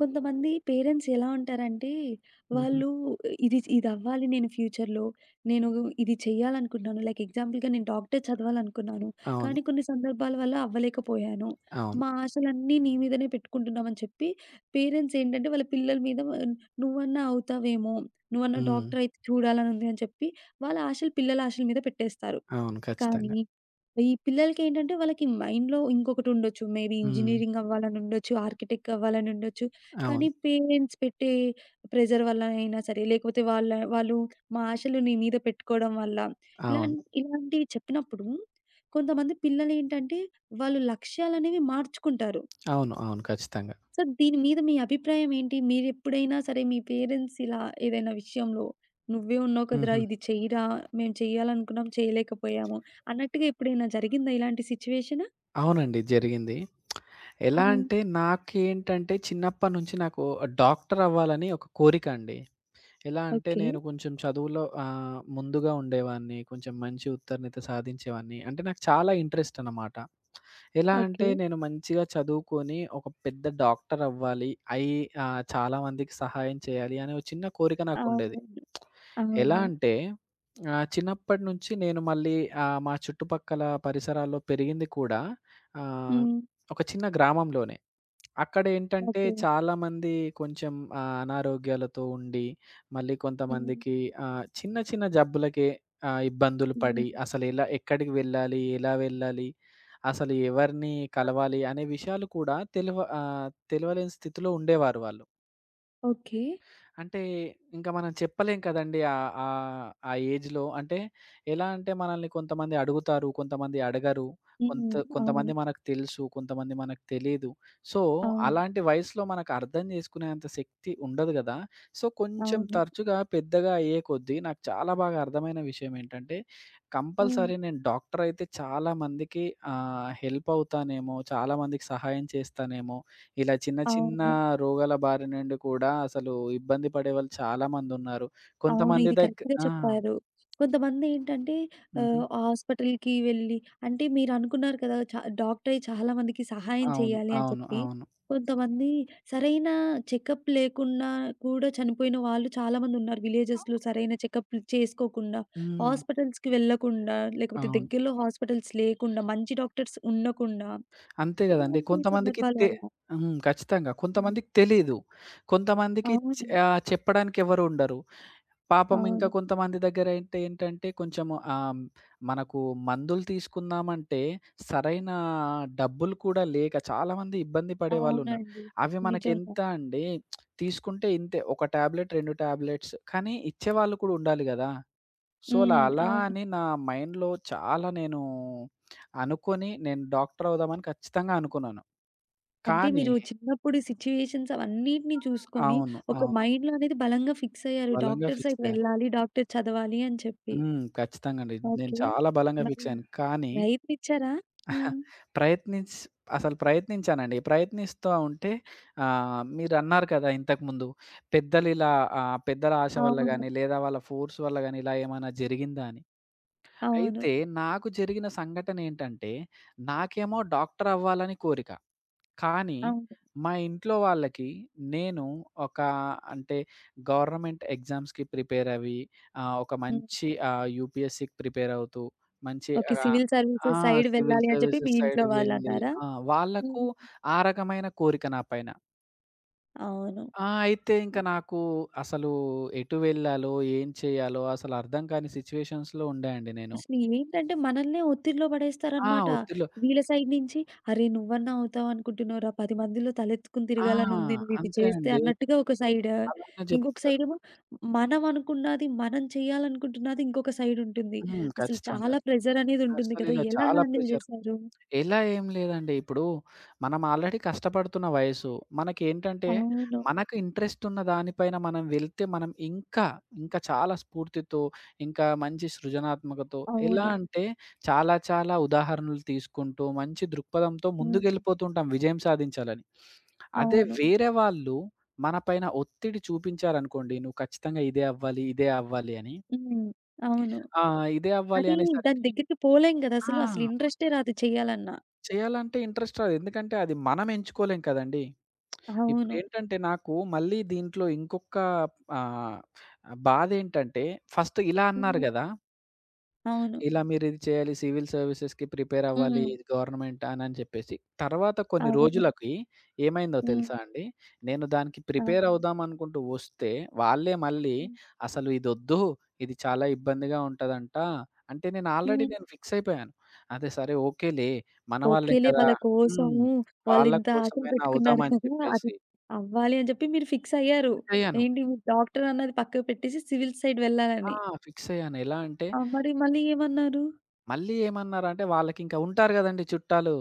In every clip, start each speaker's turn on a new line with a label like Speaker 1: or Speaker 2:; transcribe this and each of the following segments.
Speaker 1: కొంతమంది పేరెంట్స్ ఎలా ఉంటారంటే,
Speaker 2: హుహు.
Speaker 1: వాళ్ళు ఇది ఇదవ్వాలి నేను ఫ్యూచర్‌లో. నేను ఇది చేయాలనుకుంటున్నాను. లైక్ ఎగ్జాంపుల్‌గా నేను డాక్టర్ చదవాలనుకున్నాను.
Speaker 2: అవును.
Speaker 1: కానీ కొన్ని సందర్భాల వల్ల అవ్వలేకపోయాను.
Speaker 2: అవును.
Speaker 1: మా ఆశలన్నీ నీ మీదనే పెట్టుకుంటున్నామని చెప్పి పేరెంట్స్ ఏంటంటే, వాళ్ళ పిల్లల మీద నువ్వన్నా అవుతావేమో, నువ్వన్నా
Speaker 2: హ్మ్.
Speaker 1: డాక్టర్ అయితే చూడాలనుంది అని చెప్పి వాళ్ళ ఆశలు పిల్లల ఆశల మీద పెట్టేస్తారు.
Speaker 2: అవును.
Speaker 1: కానీ
Speaker 2: ఖచ్చితంగా.
Speaker 1: ఈ పిల్లలకేంటంటే వాళ్ళకి మైండ్‌లో ఇంకొకటుండొచ్చు. మేబీ
Speaker 2: హ్మ్.
Speaker 1: ఇంజినీరింగ్ అవ్వాలనుండొచ్చు, ఆర్కిటెక్ట్ అవ్వాలనుండొచ్చు. కానీ
Speaker 2: అవును.
Speaker 1: పేరెంట్స్ పెట్టే ప్రెషర్ వల్ల అయినా సరే, లేకపోతే వాళ్ళు మా ఆశలు నీ మీద పెట్టుకోవడం వల్ల, ఇలాం
Speaker 2: అవును.
Speaker 1: ఇలాంటివి చెప్పినప్పుడు కొంతమంది పిల్లలేంటంటే, వాళ్ళు లక్ష్యాలనేవి మార్చుకుంటారు.
Speaker 2: అవును. అవును. ఖచ్చితంగా.
Speaker 1: సో, దీని మీద మీ అభిప్రాయం ఏంటి? మీరెప్పుడైనా సరే మీ పేరెంట్స్ ఇలా ఏదైనా విషయంలో "నువ్వే ఉన్నావు కదరా!
Speaker 2: హుహు.
Speaker 1: ఇది చెయ్యరా! మేము చేయాలనుకున్నాం చేయలేకపోయాము" అన్నట్టుగా ఎప్పుడైనా జరిగిందా ఇలాంటి సిట్యుయేషను?
Speaker 2: అవునండి. జరిగింది. ఎలా
Speaker 1: హ్మ్.
Speaker 2: అంటే నాకేంటంటే చిన్నప్పటి నుంచి నాకు డాక్టర్ అవ్వాలని ఒక కోరిక అండి. ఎలా అంటే
Speaker 1: ఓకే.
Speaker 2: నేను కొంచెం చదువులో ముందుగా ఉండేవాడిని. కొంచెం మంచి ఉత్తీర్ణత సాధించేవాడిని. అంటే నాకు చాలా ఇంట్రెస్ట్ అన్నమాట. ఎలా అంటే
Speaker 1: ఓకే.
Speaker 2: నేను మంచిగా చదువుకొని ఒక పెద్ద డాక్టర్ అవ్వాలి. అయి చాలా మందికి సహాయం చేయాలి అనే ఒక చిన్న కోరిక నాకుండేది.
Speaker 1: అవును.
Speaker 2: ఎలా
Speaker 1: అవును.
Speaker 2: అంటే చిన్నప్పటి నుంచి నేను మళ్ళీ మా చుట్టుపక్కల పరిసరాల్లో పెరిగింది కూడా ఆహ్,
Speaker 1: హ్మ్.
Speaker 2: ఒక చిన్న గ్రామంలోనే. అక్కడేంటంటే
Speaker 1: ఓకే.
Speaker 2: చాలామంది కొంచెం అనారోగ్యాలతో ఉండి, మళ్ళీ
Speaker 1: హ్మ్.
Speaker 2: కొంతమందికి చిన్న చిన్న జబ్బులకే ఇబ్బందులు పడి,
Speaker 1: హ్మ్.
Speaker 2: అసలెలా ఎక్కడికి వెళ్ళాలి? ఎలా వెళ్ళాలి? అసలు ఎవరిని కలవాలి? అనే విషయాలు కూడా తెలవలేని స్థితిలో ఉండేవారు వాళ్ళు.
Speaker 1: ఓకే.
Speaker 2: అంటే ఇంకా మనం చెప్పలేం కదండీ! ఆహ్, ఆహ్, ఆ ఏజ్‌లో అంటే ఎలా అంటే మనల్ని కొంతమంది అడుగుతారు, కొంతమంది అడగరు.
Speaker 1: హ్మ్.
Speaker 2: కొంతమంది
Speaker 1: అవును.
Speaker 2: మనకు తెలుసు, కొంతమంది మనకు తెలీదు. సో,
Speaker 1: అవును.
Speaker 2: అలాంటి వయసులో మనకు అర్థం చేసుకునేంత శక్తి ఉండదు గదా! సో, కొంచెం
Speaker 1: అవును.
Speaker 2: తరచుగా పెద్దగా అయ్యే కొద్దీ నాకు చాలా బాగా అర్థమైన విషయం ఏంటంటే,
Speaker 1: హ్మ్.
Speaker 2: కంపల్సరీ నేను డాక్టర్ అయితే చాలా మందికి హెల్ప్ అవుతానేమో, చాలా మందికి సహాయం చేస్తానేమో ఇలా చిన్న చిన్న
Speaker 1: అవును.
Speaker 2: రోగాల బారి నుండి కూడా అసలు ఇబ్బంది పడేవాళ్ళు చాలామందున్నారు.
Speaker 1: అవును.
Speaker 2: కొంతమంది
Speaker 1: ఇది
Speaker 2: దగ్గ
Speaker 1: కరెక్ట్‌గా
Speaker 2: ఆ!
Speaker 1: చెప్పారు. కొంతమందేంటంటే
Speaker 2: హుహు.
Speaker 1: హాస్పిటల్‌కి వెళ్ళి అంటే మీరనుకున్నారు కదా! డాక్టరే చాలా మందికి సహాయం
Speaker 2: అవును.
Speaker 1: చేయాలి అని
Speaker 2: అవును.
Speaker 1: చెప్పి.
Speaker 2: అవును.
Speaker 1: కొంతమంది సరైన చెకప్ లేకుండా కూడా చనిపోయిన వాళ్ళు చాలామందున్నారు విలేజెస్‌లో. సరైన చెకప్‌లు చేసుకోకుండా,
Speaker 2: హ్మ్.
Speaker 1: హాస్పిటల్స్‌కి వెళ్ళకుండా, లేకపోతే
Speaker 2: అవును.
Speaker 1: దగ్గరలో హాస్పిటల్స్ లేకుండా, మంచి డాక్టర్స్ ఉండకుండా
Speaker 2: అంతే గదండీ.
Speaker 1: ఇలాంటి
Speaker 2: కొంతమందికి
Speaker 1: సందర్భాల
Speaker 2: తె
Speaker 1: వల్ల.
Speaker 2: హ్మ్. ఖచ్చితంగా.
Speaker 1: హ్మ్.
Speaker 2: కొంతమందికి తెలీదు.
Speaker 1: అవును.
Speaker 2: చెప్పడానికి ఎవరు ఉండరు. పాపం ఇంకా
Speaker 1: అవును.
Speaker 2: కొంతమంది దగ్గర అయితే ఏంటంటే కొంచెం ఆహ్, మనకు మందులు తీసుకుందామంటే సరైన డబ్బులు కూడా లేక చాలామంది ఇబ్బంది పడేవాళ్ళున్నారు.
Speaker 1: అవునండి.
Speaker 2: అవి
Speaker 1: నిజంగా.
Speaker 2: మనకెంత అండి తీసుకుంటే ఇంతే. ఒక టాబ్లెట్, 2 టాబ్లెట్స్ కానీ ఇచ్చేవాళ్ళు కూడా ఉండాలి గదా! సో, అలా
Speaker 1: హ్మ్.
Speaker 2: అలా
Speaker 1: అవును.
Speaker 2: అని నా మైండ్‌లో చాలా అనుకోని నేను డాక్టర్ అవుదామని ఖచ్చితంగా అనుకున్నాను.
Speaker 1: అంటే
Speaker 2: కానీ
Speaker 1: మీరు చిన్నప్పుడు సిట్యుయేషన్స్ అవన్నిటిని చూసుకొని,
Speaker 2: అవును.
Speaker 1: ఒక
Speaker 2: అవును.
Speaker 1: మైండ్‌లో అనేది బలంగా ఫిక్స్ అయ్యారు.
Speaker 2: బలంగా
Speaker 1: డాక్టర్
Speaker 2: ఫిక్స్
Speaker 1: సైడ్
Speaker 2: అయ్యాను.
Speaker 1: వెళ్ళాలి, డాక్టర్ చదవాలి అని చెప్పి.
Speaker 2: హ్మ్. ఖచ్చితంగా అండి. నేను
Speaker 1: ఓకే.
Speaker 2: చాలా బలంగా
Speaker 1: మరి
Speaker 2: ఫిక్స్ అయ్యాను. కానీ
Speaker 1: ప్రయత్నిచ్చారా? హ్మ్.
Speaker 2: ప్రయత్నించ్ అసలు ప్రయత్నించానండి. ప్రయత్నిస్తా ఉంటే మీరన్నారు కదా! ఇంతకుముందు పెద్దలు ఇలా పెద్దల ఆశ వల్ల
Speaker 1: అవును.
Speaker 2: గాని, లేదా వాళ్ళ ఫోర్స్ వల్ల గాని ఇలా ఏమైనా జరిగిందా అని.
Speaker 1: అవును.
Speaker 2: అయితే నాకు జరిగిన సంఘటన ఏంటంటే, నాకేమో డాక్టర్ అవ్వాలని కోరిక. కానీ,
Speaker 1: అవును.
Speaker 2: మా ఇంట్లో వాళ్ళకి నేను ఒక అంటే గవర్నమెంట్ ఎగ్జామ్స్‌కి ప్రిపేర్ అవ్వి, ఒక
Speaker 1: హ్మ్.
Speaker 2: మంచి యూపీఎస్‌సికి ప్రిపేర్ అవుతూ, మంచి
Speaker 1: ఓకే. సివిల్
Speaker 2: ఆ!
Speaker 1: సర్వీసెస్ సైడ్
Speaker 2: సివిల్
Speaker 1: వెళ్ళాలి అని చెప్పి మీ
Speaker 2: సర్వీసెస్ సైడ్
Speaker 1: ఇంట్లో
Speaker 2: వెళ్ళి
Speaker 1: వాళ్ళన్నారా?
Speaker 2: ఆ! వాళ్ళకు
Speaker 1: హ్మ్.
Speaker 2: ఆ రకమైన కోరిక నా పైన.
Speaker 1: అవును.
Speaker 2: ఆ! అయితే ఇంక నాకు అసలు ఎటు వెళ్ళాలో, ఏం చేయాలో అసలు అర్థం కాని సిట్యుయేషన్స్‌లో ఉండే అండి నేను.
Speaker 1: అసలు ఏంటంటే మనల్నే ఒత్తిడిలో
Speaker 2: ఆ!
Speaker 1: పడేస్తారనమాట.
Speaker 2: ఒత్తిడిలో
Speaker 1: వీళ్ళ సైడ్ నుంచి "అరే! నువ్వన్నా అవుతావు అనుకుంటున్నావురా. 10 మందిలో తలెత్తుకుని
Speaker 2: ఆ!
Speaker 1: తిరగాలనుంది. నువ్విది
Speaker 2: అంతే
Speaker 1: చేస్తే"
Speaker 2: అండి.
Speaker 1: అన్నట్టుగా ఒక సైడ్.
Speaker 2: అలానే
Speaker 1: ఇంకొక
Speaker 2: జెప్తారు.
Speaker 1: సైడేమో మనం అనుకున్నది, మనం చేయాలనుకుంటున్నది ఇంకొక సైడ్ ఉంటుంది.
Speaker 2: హ్మ్.
Speaker 1: అసలు
Speaker 2: ఖచ్చితంగా.
Speaker 1: చాలా ప్రెషర్ అనేది ఉంటుంది
Speaker 2: అసలు
Speaker 1: కదా!
Speaker 2: ఇలా
Speaker 1: ఎలా
Speaker 2: చాలా
Speaker 1: హ్యాండిల్
Speaker 2: ప్రెషర్.
Speaker 1: చేశారు?
Speaker 2: ఇలా ఏం లేదండి. ఇప్పుడు మనం ఆల్రెడీ కష్టపడుతున్న వయసు. మనకేంటంటే
Speaker 1: అవును.
Speaker 2: మనకు ఇంట్రెస్ట్ ఉన్న దానిపైన మనం వెళ్తే మనం ఇంకా, ఇంకా చాలా స్ఫూర్తితో, ఇంకా మంచి సృజనాత్మకతో ఎలా
Speaker 1: అవును.
Speaker 2: అంటే చాలా చాలా ఉదాహరణలు తీసుకుంటూ మంచి దృక్పథంతో
Speaker 1: హ్మ్.
Speaker 2: ముందుకెళ్ళిపోతుంటాం విజయం సాధించాలని. అదే
Speaker 1: అవును.
Speaker 2: వేరే వాళ్ళు మన పైన ఒత్తిడి చూపించారనుకోండి, "నువ్వు ఖచ్చితంగా ఇదే అవ్వాలి, ఇదే అవ్వాలి" అని.
Speaker 1: హ్మ్. అవును.
Speaker 2: ఆ! ఇదే అవ్వాలి
Speaker 1: అది దాని
Speaker 2: అనేసరికి
Speaker 1: దగ్గరికి పోలేం కదా!
Speaker 2: ఆ!
Speaker 1: అసలు. అసలు ఇంట్రెస్టే రాదు చేయాలన్నా.
Speaker 2: చేయాలంటే ఇంట్రెస్ట్ రాదు. ఎందుకంటే అది మనం ఎంచుకోలేం కదండీ.
Speaker 1: అవును.
Speaker 2: ఇప్పుడేంటంటే నాకు మళ్ళీ దీంట్లో ఇంకొక ఆహ్, బాధేంటంటే ఫస్ట్ ఇలా అన్నారు
Speaker 1: హ్మ్.
Speaker 2: గదా!
Speaker 1: అవును.
Speaker 2: ఇలా మీరిది చేయాలి. సివిల్ సర్వీసెస్‌కి ప్రిపేర్ అవ్వాలి.
Speaker 1: హ్మ్.
Speaker 2: ఇది గవర్నమెంట్ అనని చెప్పేసి. తర్వాత కొన్ని
Speaker 1: అవును.
Speaker 2: రోజులకి ఏమైందో
Speaker 1: హ్మ్.
Speaker 2: తెలుసా అండి? నేను దానికి ప్రిపేర్
Speaker 1: అవును.
Speaker 2: అవుదాం అనుకుంటూ వస్తే, వాళ్ళే మళ్ళీ
Speaker 1: హ్మ్.
Speaker 2: అసలు ఇదొద్దు. ఇది చాలా ఇబ్బందిగా ఉంటదంట. అంటే
Speaker 1: హ్మ్.
Speaker 2: నేను ఫిక్స్ అయిపోయాను. అదే సరే ఓకేలే మన వాళ్ళే
Speaker 1: ఓకేలే
Speaker 2: కదా!
Speaker 1: వాళ్ళ
Speaker 2: హ్మ్.
Speaker 1: కోసము
Speaker 2: వాళ్ళ
Speaker 1: వాళ్ళింత ఆశలు
Speaker 2: కోసమైనా అవుదాం
Speaker 1: పెట్టుకున్నారు
Speaker 2: అని
Speaker 1: కదా! అది
Speaker 2: చెప్పేసి
Speaker 1: అవ్వాలి అని చెప్పి మీరు ఫిక్స్ అయ్యారు.
Speaker 2: ఫిక్స్ అయ్యాను.
Speaker 1: ఏంటి మీరు డాక్టర్ అన్నది పక్కకు పెట్టేసి సివిల్ సైడ్
Speaker 2: ఆ!
Speaker 1: వెళ్ళాలని.
Speaker 2: ఫిక్స్ అయ్యాను. ఎలా అంటే
Speaker 1: ఆ! మరి మళ్ళీ ఏమన్నారు?
Speaker 2: మళ్ళీ ఏమన్నారంటే వాళ్ళకింకా ఉంటారు గదండీ చుట్టాలు.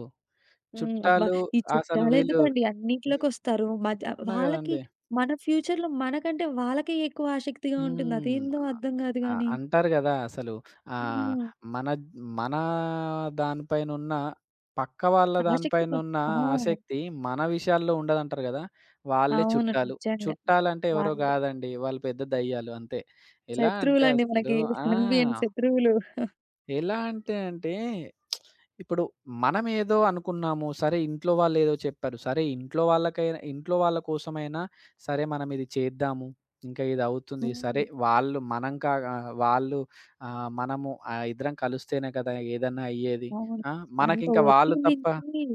Speaker 1: హ్మ్. అబ్బా!
Speaker 2: చుట్టాలు
Speaker 1: ఈ
Speaker 2: అసలు వీళ్ళు
Speaker 1: చుట్టాలెందుకండి
Speaker 2: హ్మ్.
Speaker 1: అన్నిట్లోకొస్తారు. మధ్య
Speaker 2: చెప్తున్నా
Speaker 1: వాళ్ళకి
Speaker 2: గదండీ.
Speaker 1: మన ఫ్యూచర్‌లో మనకంటే వాళ్ళకే ఎక్కువ ఆసక్తిగా ఉంటుంది.
Speaker 2: హ్మ్.
Speaker 1: అదేందో అర్థం కాదు గానీ.
Speaker 2: అంటారు గదా! అసలు ఆహ్,
Speaker 1: హ్మ్.
Speaker 2: మన మన దానిపైనున్న పక్క వాళ్ళ
Speaker 1: ఆసక్తి బ
Speaker 2: దానిపైనున్న
Speaker 1: ఆ!
Speaker 2: ఆసక్తి మన విషయాల్లో ఉండదంటారు గదా! వాళ్ళే
Speaker 1: అవును.
Speaker 2: చుట్టాలు.
Speaker 1: నిజంగా.
Speaker 2: చుట్టాలంటే ఎవరో
Speaker 1: వాళ్ళు
Speaker 2: గాదండి. వాళ్ళు పెద్ద దయ్యాలు అంతే. ఎలా అంటే
Speaker 1: శత్రువులండి
Speaker 2: అసలు
Speaker 1: మనకి
Speaker 2: ఆ!
Speaker 1: కనిపియని శత్రువులు.
Speaker 2: ఎలా అంటే అంటే ఇప్పుడు మనమేదో అనుకున్నాము. సరే ఇంట్లో వాళ్ళేదో చెప్పారు. సరే ఇంట్లో వాళ్ళకైనా ఇంట్లో వాళ్ళ కోసమైనా సరే మనం ఇది చేద్దాము. ఇంకా ఇది అవుతుంది. సరే
Speaker 1: హ్మ్.
Speaker 2: వాళ్ళు మనం కాగా వాళ్ళు మనము ఇద్దరం కలిస్తేనే కదా ఏదన్నా అయ్యేది.
Speaker 1: అవును.
Speaker 2: ఆ!
Speaker 1: అంత
Speaker 2: మనకింకా వాళ్ళు
Speaker 1: ఒత్తిడి
Speaker 2: తప్ప
Speaker 1: నుంచి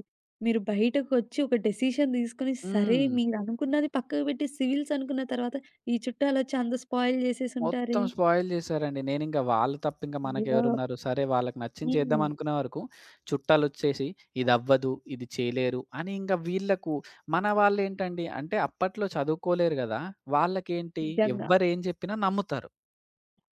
Speaker 1: మీరు బయటకొచ్చి ఒక డెసిషన్ తీసుకొని, సరే
Speaker 2: హ్మ్.
Speaker 1: మీరనుకున్నది పక్కకు పెట్టి సివిల్స్ అనుకున్న తర్వాత, ఈ చుట్టాలొచ్చి అంత స్పాయిల్
Speaker 2: మొత్తం
Speaker 1: చేసేసుంటారే.
Speaker 2: స్పాయిల్ చేశారండి. నేనింక వాళ్ళు తప్ప ఇంక
Speaker 1: అయ్యో!
Speaker 2: మనకెవరున్నారు? సరే వాళ్ళకి నచ్చింది చేద్దాం
Speaker 1: హ్మ్.
Speaker 2: అనుకునే వరకు చుట్టాలొచ్చేసి ఇదవ్వదు, ఇది అవ్వదు ఇది చేయలేరు అని ఇంక వీళ్ళకు మన వాళ్ళేంటండి అంటే అప్పట్లో చదువుకోలేరు గదా! వాళ్ళకేంటి
Speaker 1: నిజంగా.
Speaker 2: ఎవ్వరేం జెప్పినా నమ్ముతారు.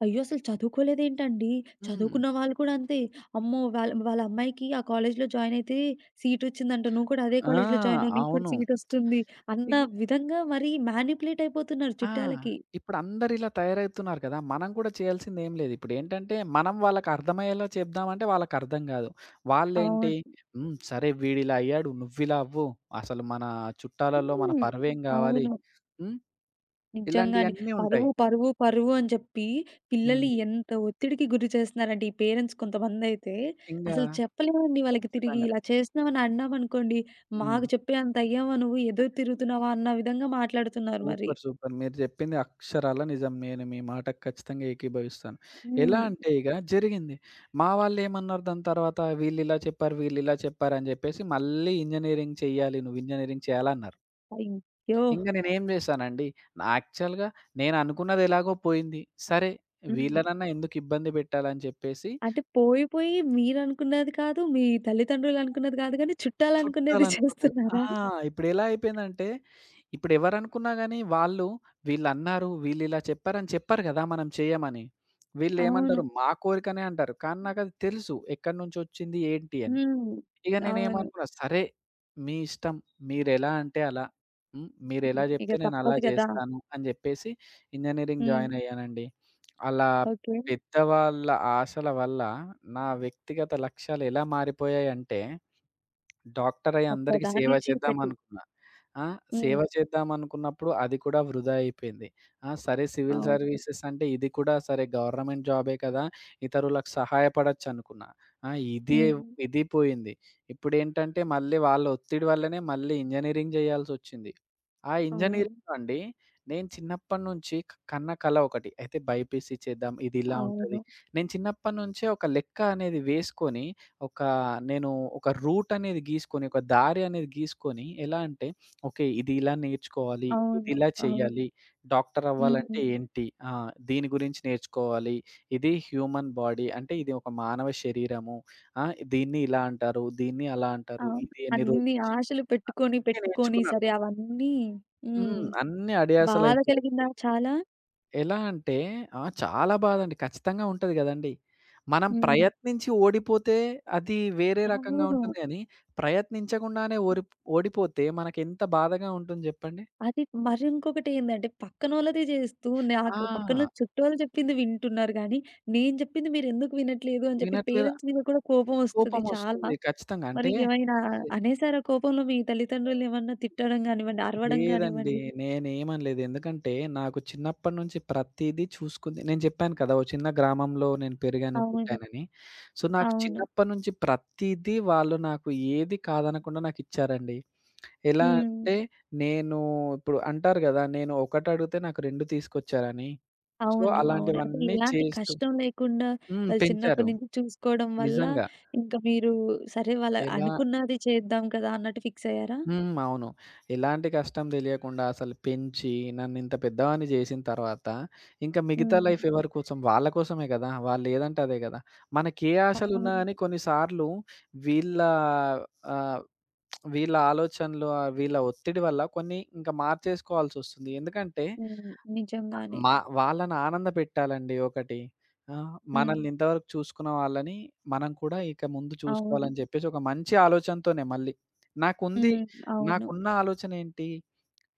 Speaker 1: అయ్యో! అసలు చదువుకోలేదేంటండి?
Speaker 2: హ్మ్.
Speaker 1: చదువుకున్న వాళ్ళు కూడా అంతే. అమ్మో! వాళ్ళ వాళ్ళ అమ్మాయికి ఆ కాలేజ్‌లో జాయిన్ అయితే సీటొచ్చిందంట. నువ్వు కూడా అదే
Speaker 2: ఆ!
Speaker 1: కాలేజ్‌లో జాయిన్ అవ్వు. నీకు కూడా
Speaker 2: అవును.
Speaker 1: సీటొస్తుంది. అన్న
Speaker 2: ఇగ
Speaker 1: విధంగా మరి మ్యానిప్యులేట్ అయిపోతున్నారు
Speaker 2: ఆ!
Speaker 1: చుట్టాలకి.
Speaker 2: ఇప్పుడందరిలా తయారవుతున్నారు కదా! మనం కూడా చేయాల్సిందేం లేదు. ఇప్పుడేంటంటే, మనం వాళ్ళకర్థమయ్యేలా చెప్దామంటే వాళ్ళకర్థం కాదు. వాళ్ళేంటి,
Speaker 1: అవును.
Speaker 2: హ్మ్. సరే వీడిలా అయ్యాడు, నువ్విలా అవ్వు. అసలు మన చుట్టాలలో మన
Speaker 1: హ్మ్.
Speaker 2: పరువేం కావాలి.
Speaker 1: అవును.
Speaker 2: హ్మ్.
Speaker 1: నిజంగానే.
Speaker 2: ఇలాంటియన్నీ ఉంటాయి.
Speaker 1: పరువు, పరువు, పరువు అని చెప్పి పిల్లల్ని
Speaker 2: హ్మ్.
Speaker 1: ఎంత ఒత్తిడికి గురి చేస్తున్నారంటే ఈ పేరెంట్స్ కొంతమందైతే
Speaker 2: ఇంగా
Speaker 1: అసలు చెప్పలేమండి వాళ్ళకి తిరిగి.
Speaker 2: ఖచ్చితంగా.
Speaker 1: ఇలా చేస్తున్నామని అన్నామనుకోండి,
Speaker 2: హ్మ్.
Speaker 1: మాకు చెప్పే అంత అయ్యావా నువ్వు? ఎదురు తిరుగుతున్నావా? అన్న విధంగా మాట్లాడుతున్నారు మరి.
Speaker 2: సూపర్. సూపర్. మీరు జెప్పింది అక్షరాల నిజం. నేను మీ మాటకు ఖచ్చితంగా ఏకీభవిస్తాను. ఎలా
Speaker 1: హ్మ్.
Speaker 2: అంటే ఇగ జరిగింది. మా వాళ్ళేమన్నారు దాని తర్వాత, వీళ్ళిలా చెప్పారు అని జెప్పేసి మళ్ళీ నువ్వు ఇంజినీరింగ్ చేయాలన్నారు.
Speaker 1: అయ్యో!
Speaker 2: ఇంక నేనేం జేశానండి, నా యాక్చువల్‌గా నేననుకున్నది ఎలాగో పోయింది. సరే
Speaker 1: హ్మ్.
Speaker 2: వీళ్ళనన్నా ఎందుకు ఇబ్బంది పెట్టాలని చెప్పేసి
Speaker 1: అంటే పోయి, పోయి మీరనుకున్నది కాదు, మీ తల్లిదండ్రులు అనుకున్నది కాదు గానీ చుట్టాలనుకునేది
Speaker 2: చుట్టాలనుకున్నారు. ఆ!
Speaker 1: చేస్తున్నారా?
Speaker 2: ఇప్పుడెలా అయిపోయిందంటే, ఇప్పుడెవరనుకున్నా గానీ వాళ్ళు వీళ్ళిలా చెప్పారని చెప్పరు గదా! మనం చెయ్యమని.
Speaker 1: అవును.
Speaker 2: వీళ్ళేమంటారు, మా కోరికనే అంటారు. కానీ నాకది తెలుసు ఎక్కడినుంచొచ్చింది, ఏంటి అని.
Speaker 1: హ్మ్.
Speaker 2: ఇక
Speaker 1: అవును.
Speaker 2: నేనేమనుకున్నా, సరే మీ ఇష్టం. మీరెలా అంటే అలా. హ్మ్. మీరెలా
Speaker 1: ఇక
Speaker 2: జెప్తే నేనలా
Speaker 1: తప్పదు కదా!
Speaker 2: జేస్తాను అని జెప్పేసి ఇంజినీరింగ్
Speaker 1: హ్మ్.
Speaker 2: జాయినయ్యానండి. అలా
Speaker 1: ఓకే.
Speaker 2: పెద్దవాళ్ళ ఆశల వల్ల నా వ్యక్తిగత లక్ష్యాలెలా మారిపోయాయంటే డాక్టరయ్యి అందరికి
Speaker 1: ఒక్కదాని
Speaker 2: సేవ
Speaker 1: నుంచి ఒకటి.
Speaker 2: చేద్దామనుకున్నా. ఆ! సేవ
Speaker 1: హ్మ్.
Speaker 2: చేద్దామనుకున్నప్పుడు అది కూడా వృధా అయిపోయింది. ఆ! సరే సివిల్
Speaker 1: అవును.
Speaker 2: సర్వీసెస్ అంటే ఇది కూడా సరే గవర్నమెంట్ జాబే కదా! ఇతరులకు సహాయపడొచ్చనుకున్నా. ఆ! ఇది
Speaker 1: హ్మ్.
Speaker 2: ఇది పోయింది. ఇప్పుడేంటంటే మళ్ళీ వాళ్ళ ఒత్తిడి వల్లనే మళ్ళీ ఇంజినీరింగ్ జేయాల్సొచ్చింది. ఆ
Speaker 1: అవును.
Speaker 2: ఇంజినీరింగ్‌లో అండి, నేను చిన్నప్పటి నుంచి కన్న కల ఒకటి. అయితే బైపీసీ చేద్దాం, ఇది ఇలా ఉంటది.
Speaker 1: అవును.
Speaker 2: నేను చిన్నప్పటి నుంచే ఒక లెక్క అనేది వేసుకొని, ఒక నేను ఒక రూట్ అనేది గీసుకొని, ఒక దారి అనేది గీసుకొని, ఎలా అంటే ఓకే. ఇది ఇలా నేర్చుకోవాలి, ఇది
Speaker 1: అవును.
Speaker 2: ఇలా
Speaker 1: అవును.
Speaker 2: చేయాలి, డాక్టర్
Speaker 1: హ్మ్.
Speaker 2: అవ్వాలంటే ఏంటి? ఆ! దీని గురించి నేర్చుకోవాలి, ఇది హ్యూమన్ బాడీ అంటే ఇది ఒక మానవ శరీరము. ఆ! దీన్ని ఇలా అంటారు, దీన్ని అలా అంటారు,
Speaker 1: అవును.
Speaker 2: ఇది ఎన్ని రోజులు
Speaker 1: అన్ని ఆశలు పెట్టుకొని, పెట్టుకొని
Speaker 2: నేర్చుకున్నాను.
Speaker 1: సరే అవన్నీ హ్మ్.
Speaker 2: హ్మ్. అన్నీ
Speaker 1: బాధ
Speaker 2: అడియాసలయిపోయాయండి.
Speaker 1: కలిగిందా చాలా?
Speaker 2: ఎలా అంటే ఆ! చాలా బాధండి. ఖచ్చితంగా ఉంటది గదండీ. మనం హ్మ్.
Speaker 1: హ్మ్.
Speaker 2: ప్రయత్నించి ఓడిపోతే అది వేరే రకంగా
Speaker 1: అవును.
Speaker 2: ఉంటుంది గానీ, ప్రయత్నించకుండానే ఓడిపోతే మనకెంత బాధగా ఉంటుంది జెప్పండి.
Speaker 1: అది మరి ఇంకొకటి ఏందంటే పక్కనోళ్ళది చేస్తూ నాకు
Speaker 2: ఆ!
Speaker 1: పక్కనోళ్ళు చుట్టాలు చెప్పింది వింటున్నారు గానీ, నేను చెప్పింది మీరెందుకు వినట్లేదు అని చెప్పి
Speaker 2: వినట్లేదు
Speaker 1: పేరెంట్స్ మీద కూడా కోపం వస్తది చాలా.
Speaker 2: కోపమొస్తుంది ఖచ్చితంగా.
Speaker 1: మరి
Speaker 2: అంటే
Speaker 1: ఏమైనా అనేసారా కోపంలో మీ తల్లిదండ్రుల్ని ఏమన్నా తిట్టడం గానివ్వండి, అరవడం
Speaker 2: లేదండి.
Speaker 1: గానివ్వండి?
Speaker 2: నేనేమనలేదు. ఎందుకంటే, నాకు చిన్నప్పటి నుంచి ప్రతీదీ చూసుకుంది నేను చెప్పాను కదా! ఓ చిన్న గ్రామంలో నేను పెరిగాను,
Speaker 1: అవును.
Speaker 2: పుట్టానని. సో, నాకు
Speaker 1: అవును.
Speaker 2: చిన్నప్పటి నుంచి ప్రతీదీ వాళ్ళు నాకు ఏది కాదనకుండా నాకిచ్చారండి. ఎలా
Speaker 1: హ్మ్.
Speaker 2: అంటే, నేను ఇప్పుడు అంటారు గదా! నేను ఒకటడిగితే నాకు 2 తీసుకొచ్చారని. సో,
Speaker 1: అవును. అవును. అంటే
Speaker 2: అలాంటివన్నీ
Speaker 1: ఎలాంటి
Speaker 2: చేస్తూ
Speaker 1: కష్టం లేకుండా
Speaker 2: హ్మ్.
Speaker 1: వాళ్ళు చిన్నప్పటి
Speaker 2: పెంచారు.
Speaker 1: నుంచి చూసుకోవడం వల్ల
Speaker 2: నిజంగా.
Speaker 1: ఇంకా మీరు సరే వాళ్ళ
Speaker 2: ఎలా
Speaker 1: అనుకున్నది చేద్దాం కదా! అన్నట్టు ఫిక్స్ అయ్యారా?
Speaker 2: హ్మ్. అవును. ఎలాంటి కష్టం దెలియకుండా అసలు పెంచి నన్నింత పెద్దవాడిని జేసిన తర్వాత, ఇంకా మిగతా
Speaker 1: హ్మ్.
Speaker 2: లైఫ్ ఎవరి కోసం? వాళ్ళ కోసమే గదా! వాళ్ళేదంటే అదే గదా! మనకే
Speaker 1: అవును.
Speaker 2: ఆశలున్నా గాని కొన్ని సార్లు వీళ్ళ ఆహ్, వీళ్ళ ఆలోచనలు, వీళ్ళ ఒత్తిడి వల్ల కొన్ని ఇంకా మార్చేసుకోవాల్సొస్తుంది. ఎందుకంటే
Speaker 1: హ్మ్. నిజంగానే.
Speaker 2: మా వాళ్ళని ఆనందపెట్టాలండి ఒకటి. ఆ!
Speaker 1: హ్మ్.
Speaker 2: మనల్ని ఇంతవరకు చూసుకున్న వాళ్ళని మనం కూడా ఇక ముందు
Speaker 1: అవును.
Speaker 2: చూసుకోవాలని జెప్పేసి ఒక మంచి ఆలోచనతోనే మళ్ళీ. నాకుంది
Speaker 1: హ్మ్. అవును.
Speaker 2: నాకున్న ఆలోచనేంటి?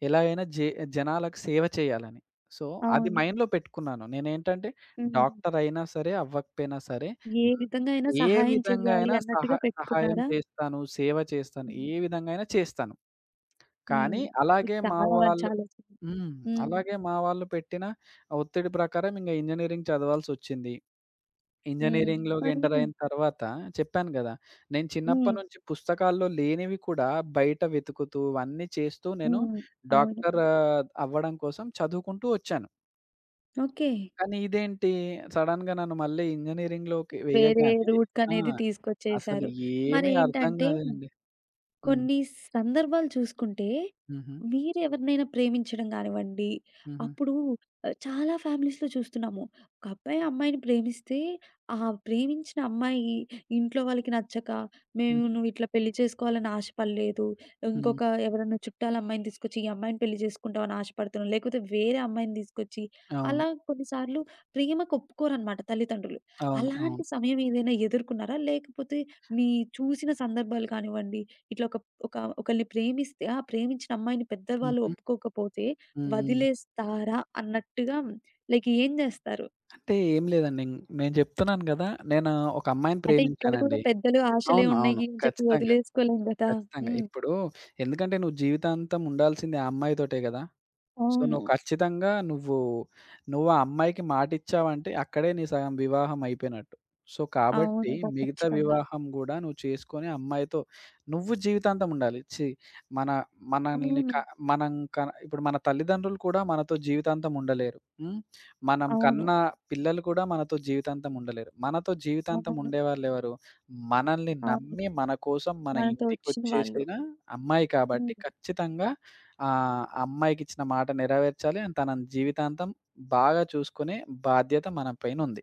Speaker 2: ఎలా అయినా జనాలకు సేవ చేయాలని. సో, అది
Speaker 1: అవును.
Speaker 2: మైండ్‌లో పెట్టుకున్నాను. నేనేంటంటే
Speaker 1: హ్మ్.
Speaker 2: డాక్టర్ అయినా సరే, అవ్వకపోయినా సరే,
Speaker 1: ఏ
Speaker 2: హ్మ్.
Speaker 1: విధంగా అయినా
Speaker 2: ఏ
Speaker 1: సహాయం
Speaker 2: విధంగా
Speaker 1: చేయాలి
Speaker 2: అయినా
Speaker 1: అన్నట్టుగా
Speaker 2: సహాయం
Speaker 1: పెట్టుకున్నారా?
Speaker 2: చేస్తాను, సేవ చేస్తాను.
Speaker 1: హ్మ్.
Speaker 2: ఏ విధంగా అయినా చేస్తాను.
Speaker 1: హ్మ్.
Speaker 2: కానీ
Speaker 1: ఇది
Speaker 2: అలాగే మా
Speaker 1: చాలా మంచి
Speaker 2: వాళ్ళు
Speaker 1: ఆలోచన.
Speaker 2: హ్మ్.
Speaker 1: హ్మ్.
Speaker 2: అలాగే మా వాళ్ళు పెట్టిన ఒత్తిడి ప్రకారం ఇంగ ఇంజినీరింగ్ చదవాల్సొచ్చింది. హ్మ్.
Speaker 1: హ్మ్.
Speaker 2: ఇంజినీరింగ్‌లోకి
Speaker 1: మరి
Speaker 2: ఎంటర్ అయిన తర్వాత చెప్పాను గదా! నేను
Speaker 1: హ్మ్.
Speaker 2: చిన్నప్పటి నుంచి పుస్తకాల్లో లేనివి కూడా బయట వెతుకుతూ అన్నీ చేస్తూ నేను
Speaker 1: హ్మ్.
Speaker 2: హ్మ్.
Speaker 1: అవును.
Speaker 2: డాక్టర్ అవ్వడం కోసం చదువుకుంటూ వచ్చాను.
Speaker 1: ఓకే.
Speaker 2: కానీ ఇదేంటి సడెన్‌గా నన్ను మళ్ళీ ఇంజినీరింగ్‌లోకి
Speaker 1: వేరే
Speaker 2: వేయగానే ఆ!
Speaker 1: రూట్‌కనేది
Speaker 2: అసలు
Speaker 1: తీసుకొచ్చేశారు.
Speaker 2: ఏమీ అర్థం
Speaker 1: మరేంటంటే
Speaker 2: కాలేదండి. హ్మ్.
Speaker 1: కొన్ని సందర్భాలు చూసుకుంటే,
Speaker 2: హుహు.
Speaker 1: మీరెవరినైనా ప్రేమించడం గానివ్వండి,
Speaker 2: హుహు.
Speaker 1: అప్పుడు చాలా ఫ్యామిలీస్‌లో చూస్తున్నాము. ఒక అబ్బాయి, అమ్మాయిని ప్రేమిస్తే, ఆ ప్రేమించిన అమ్మాయి ఇంట్లో వాళ్ళకి నచ్చక,
Speaker 2: హ్మ్.
Speaker 1: "మేము నువ్వు ఇట్లా పెళ్లి చేసుకోవాలని ఆశపడలేదు.
Speaker 2: హ్మ్.
Speaker 1: ఇంకొక ఎవరన్నా చుట్టాల అమ్మాయిని తీసుకొచ్చి, ఈ అమ్మాయిని పెళ్లి చేసుకుంటావని ఆశపడుతున్నావు." లేకపోతే వేరే అమ్మాయిని తీసుకొచ్చి,
Speaker 2: అవును.
Speaker 1: అలా కొన్నిసార్లు ప్రేమకు ఒప్పుకోరనమాట తల్లిదండ్రులు.
Speaker 2: అవును. అవును.
Speaker 1: అలాంటి సమయం ఏదైనా ఎదుర్కొన్నారా? లేకపోతే మీ చూసిన సందర్భాలు కానివ్వండి, ఇట్లా ఒక ఒక ఒకళ్ళని ప్రేమిస్తే, ఆ ప్రేమించిన అమ్మాయిని పెద్దవాళ్ళు
Speaker 2: హుహు.
Speaker 1: ఒప్పుకోకపోతే
Speaker 2: హ్మ్. హ్మ్.
Speaker 1: వదిలేస్తారా అన్నట్టుగా లైక్ ఏం జేస్తారు?
Speaker 2: అంటే ఏం లేదండి. నేను చెప్తున్నాను గదా! నేను ఒక అమ్మాయిని
Speaker 1: అంటే ఇక్కడ కూడా
Speaker 2: ప్రేమించానండి.
Speaker 1: పెద్దలు ఆశలే
Speaker 2: అవును.
Speaker 1: ఉన్నాయి
Speaker 2: అవును.
Speaker 1: అని చెప్పి
Speaker 2: ఖచ్చితంగా.
Speaker 1: వదిలేసుకోలేం గదా!
Speaker 2: ఖచ్చితంగా.
Speaker 1: హ్మ్.
Speaker 2: ఇప్పుడు ఎందుకంటే నువ్వు జీవితాంతం ఉండాల్సింది ఆ అమ్మాయితోటే గదా! సో,
Speaker 1: అవును.
Speaker 2: నువ్వు ఖచ్చితంగా నువ్వు ఆ అమ్మాయికి మాటిచ్చావంటే అక్కడే నీ సగం వివాహం అయిపోయినట్టు. సో, కాబట్టి
Speaker 1: అవును.
Speaker 2: మిగతా
Speaker 1: ఖచ్చితంగా.
Speaker 2: వివాహం గూడా నువ్వు చేసుకొని, ఆ అమ్మాయితో నువ్వు జీవితాంతం ఉండాలి. ఛీ! మన మనల్ని క
Speaker 1: అవును.
Speaker 2: మనం క ఇప్పుడు మన తల్లిదండ్రులు కూడా మనతో జీవితాంతం ఉండలేరు. హ్మ్. మనం
Speaker 1: అవును.
Speaker 2: కన్న పిల్లలు కూడా మనతో జీవితాంతం ఉండలేరు. మనతో జీవితాంతం
Speaker 1: అవును.
Speaker 2: ఉండేవాళ్ళెవరు? మనల్ని
Speaker 1: అవును.
Speaker 2: నమ్మి మన కోసం మన
Speaker 1: మనతో వచ్చిన వాళ్ళు.
Speaker 2: ఇంటికొచ్చేసిన అమ్మాయి కాబట్టి
Speaker 1: హ్మ్.
Speaker 2: ఖచ్చితంగా ఆ! అమ్మాయికిచ్చిన మాట నెరవేర్చాలి. అండ్ తనని జీవితాంతం బాగా చూసుకునే బాధ్యత మన పైనుంది.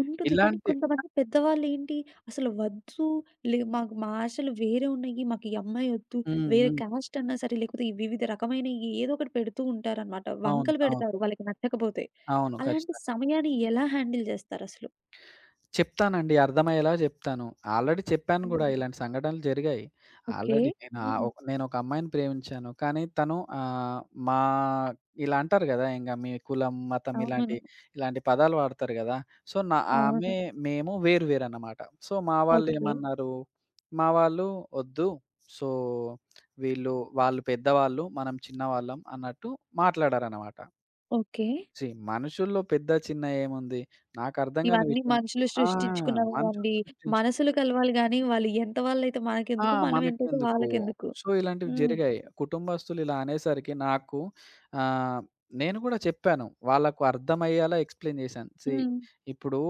Speaker 1: ఉంటుంది. కానీ
Speaker 2: ఇలాంటి
Speaker 1: కొంతమంది పెద్దవాళ్ళేంటి, అసలు వద్దు లే మాకు మా ఆశలు వేరే ఉన్నాయి. మాకు ఈ అమ్మాయి ఒద్దు.
Speaker 2: హ్మ్.
Speaker 1: వేరే
Speaker 2: హ్మ్.
Speaker 1: కాస్ట్ అన్నా సరే, లేకపోతే ఈ వివిధ రకమైన ఈ ఏదో ఒకటి పెడుతూ ఉంటారనమాట.
Speaker 2: అవును.
Speaker 1: వంకలు
Speaker 2: అవును.
Speaker 1: పెడతారు వాళ్ళకి నచ్చకపోతే.
Speaker 2: అవును.
Speaker 1: అలాంటి
Speaker 2: ఖచ్చితంగా.
Speaker 1: సమయాన్ని ఎలా హ్యాండిల్ జేస్తారసలు?
Speaker 2: చెప్తానండి. అర్థమయ్యేలా జెప్తాను. ఆల్రెడీ చెప్పాను గూడా
Speaker 1: హ్మ్.
Speaker 2: ఇలాంటి సంఘటనలు జరిగాయి.
Speaker 1: ఓకే.
Speaker 2: ఆల్రెడీ నేను
Speaker 1: హ్మ్.
Speaker 2: ఒక నేనొక అమ్మాయిని ప్రేమించాను. కానీ తను మా ఇలా అంటారు గదా! ఇంగ మీ కులం, మతం
Speaker 1: అవును.
Speaker 2: ఇలాంటి పదాలు వాడతారు గదా! సో, నా ఆమె,
Speaker 1: అవును.
Speaker 2: మేము వేరు వేరనమాట. సో, మా
Speaker 1: ఓకే.
Speaker 2: వాళ్ళేమన్నారు, మా వాళ్ళు ఒద్దు. సో, వీళ్ళు వాళ్ళు పెద్దవాళ్ళు, మనం చిన్నవాళ్ళం అన్నట్టు మాట్లాడారనమాట.
Speaker 1: ఓకే.
Speaker 2: సీ మనుషుల్లో పెద్ద, చిన్న ఏముంది? నాకర్థం గాని
Speaker 1: ఇవన్నీ
Speaker 2: విషయం
Speaker 1: మనుషులు
Speaker 2: ఆ! మనుషులు
Speaker 1: సృష్టించుకున్నవేవండి. మనసులు
Speaker 2: సృష్టించుకున్నారు.
Speaker 1: కలవాలి గానీ, వాళ్ళు ఎంత వాళ్ళైతే
Speaker 2: ఆ!
Speaker 1: మనకెందుకు? మనం ఎంతైతే
Speaker 2: మనకెందుకు?
Speaker 1: వాళ్ళకెందుకు?
Speaker 2: సో, ఇలాంటివి
Speaker 1: హ్మ్.
Speaker 2: జరిగాయి. కుటుంబస్తులు ఇలా అనేసరికి నాకు ఆహ్, నేను కూడా చెప్పాను. వాళ్ళకు అర్థమయ్యేలా ఎక్స్‌ప్లెయిన్ చేశాను. సీ
Speaker 1: హ్మ్.
Speaker 2: ఇప్పుడు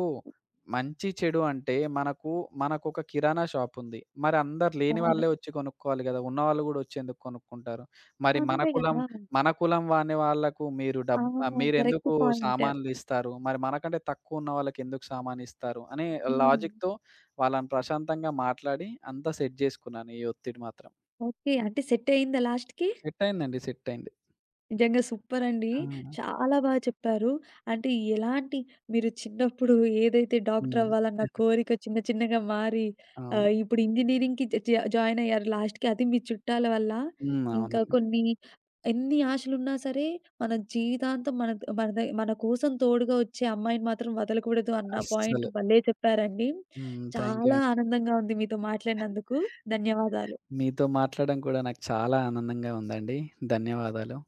Speaker 2: మంచి, చెడు అంటే మనకు మనకొక కిరాణా షాప్ ఉంది. మరి అందరు లేని
Speaker 1: అవును.
Speaker 2: వాళ్ళే వచ్చి కొనుక్కోవాలి కదా! ఉన్నవాళ్ళు కూడా వచ్చి ఎందుకు కొనుక్కుంటారు? మరి మన
Speaker 1: అంతే
Speaker 2: కులం
Speaker 1: గదా!
Speaker 2: మన కులం వాని వాళ్ళకు
Speaker 1: అవును. కరెక్ట్
Speaker 2: మీరెందుకు
Speaker 1: పాయింట్.
Speaker 2: సామాన్లు ఇస్తారు? మరి మనకంటే తక్కువ ఉన్న వాళ్ళకి ఎందుకు సామాను ఇస్తారు? అనే
Speaker 1: హ్మ్.
Speaker 2: లాజిక్‌తో వాళ్ళని ప్రశాంతంగా మాట్లాడి అంతా సెట్ జేసుకున్నాను. ఈ ఒత్తిడి మాత్రం.
Speaker 1: ఓకే. అంటే సెట్ అయిందా లాస్ట్‌కి?
Speaker 2: సెట్ అయిందండి. సెట్ అయింది.
Speaker 1: నిజంగా సూపరండి.
Speaker 2: ఆ!
Speaker 1: చాలా చెప్పారు. అంటే ఎలాంటి మీరు చిన్నప్పుడు ఏదైతే డాక్టర్
Speaker 2: హ్మ్.
Speaker 1: అవ్వాలన్న కోరిక చిన్న చిన్నగా మారి
Speaker 2: అవును.
Speaker 1: ఇప్పుడు ఇంజినీరింగ్‌కి జ జ జాయిన్ అయ్యారు లాస్ట్‌కి అది మీ చుట్టాల వల్ల.
Speaker 2: హ్మ్.
Speaker 1: ఇంకా
Speaker 2: అవునండి.
Speaker 1: కొన్ని ఎన్ని ఆశలున్నా సరే మన జీవితాంతం మన మన ద మన కోసం తోడుగా వచ్చే అమ్మాయిని మాత్రం వదలకూడదు అన్న పాయింట్
Speaker 2: అస్సలు.
Speaker 1: భలే చెప్పారండి.
Speaker 2: హ్మ్. థాంక్ యూ
Speaker 1: చాలా
Speaker 2: అండి.
Speaker 1: ఆనందంగా ఉంది మీతో మాట్లాడినందుకు. ధన్యవాదాలు.
Speaker 2: మీతో మాట్లాడడం కూడా నాకు చాలా ఆనందంగా ఉందండి. ధన్యవాదాలు.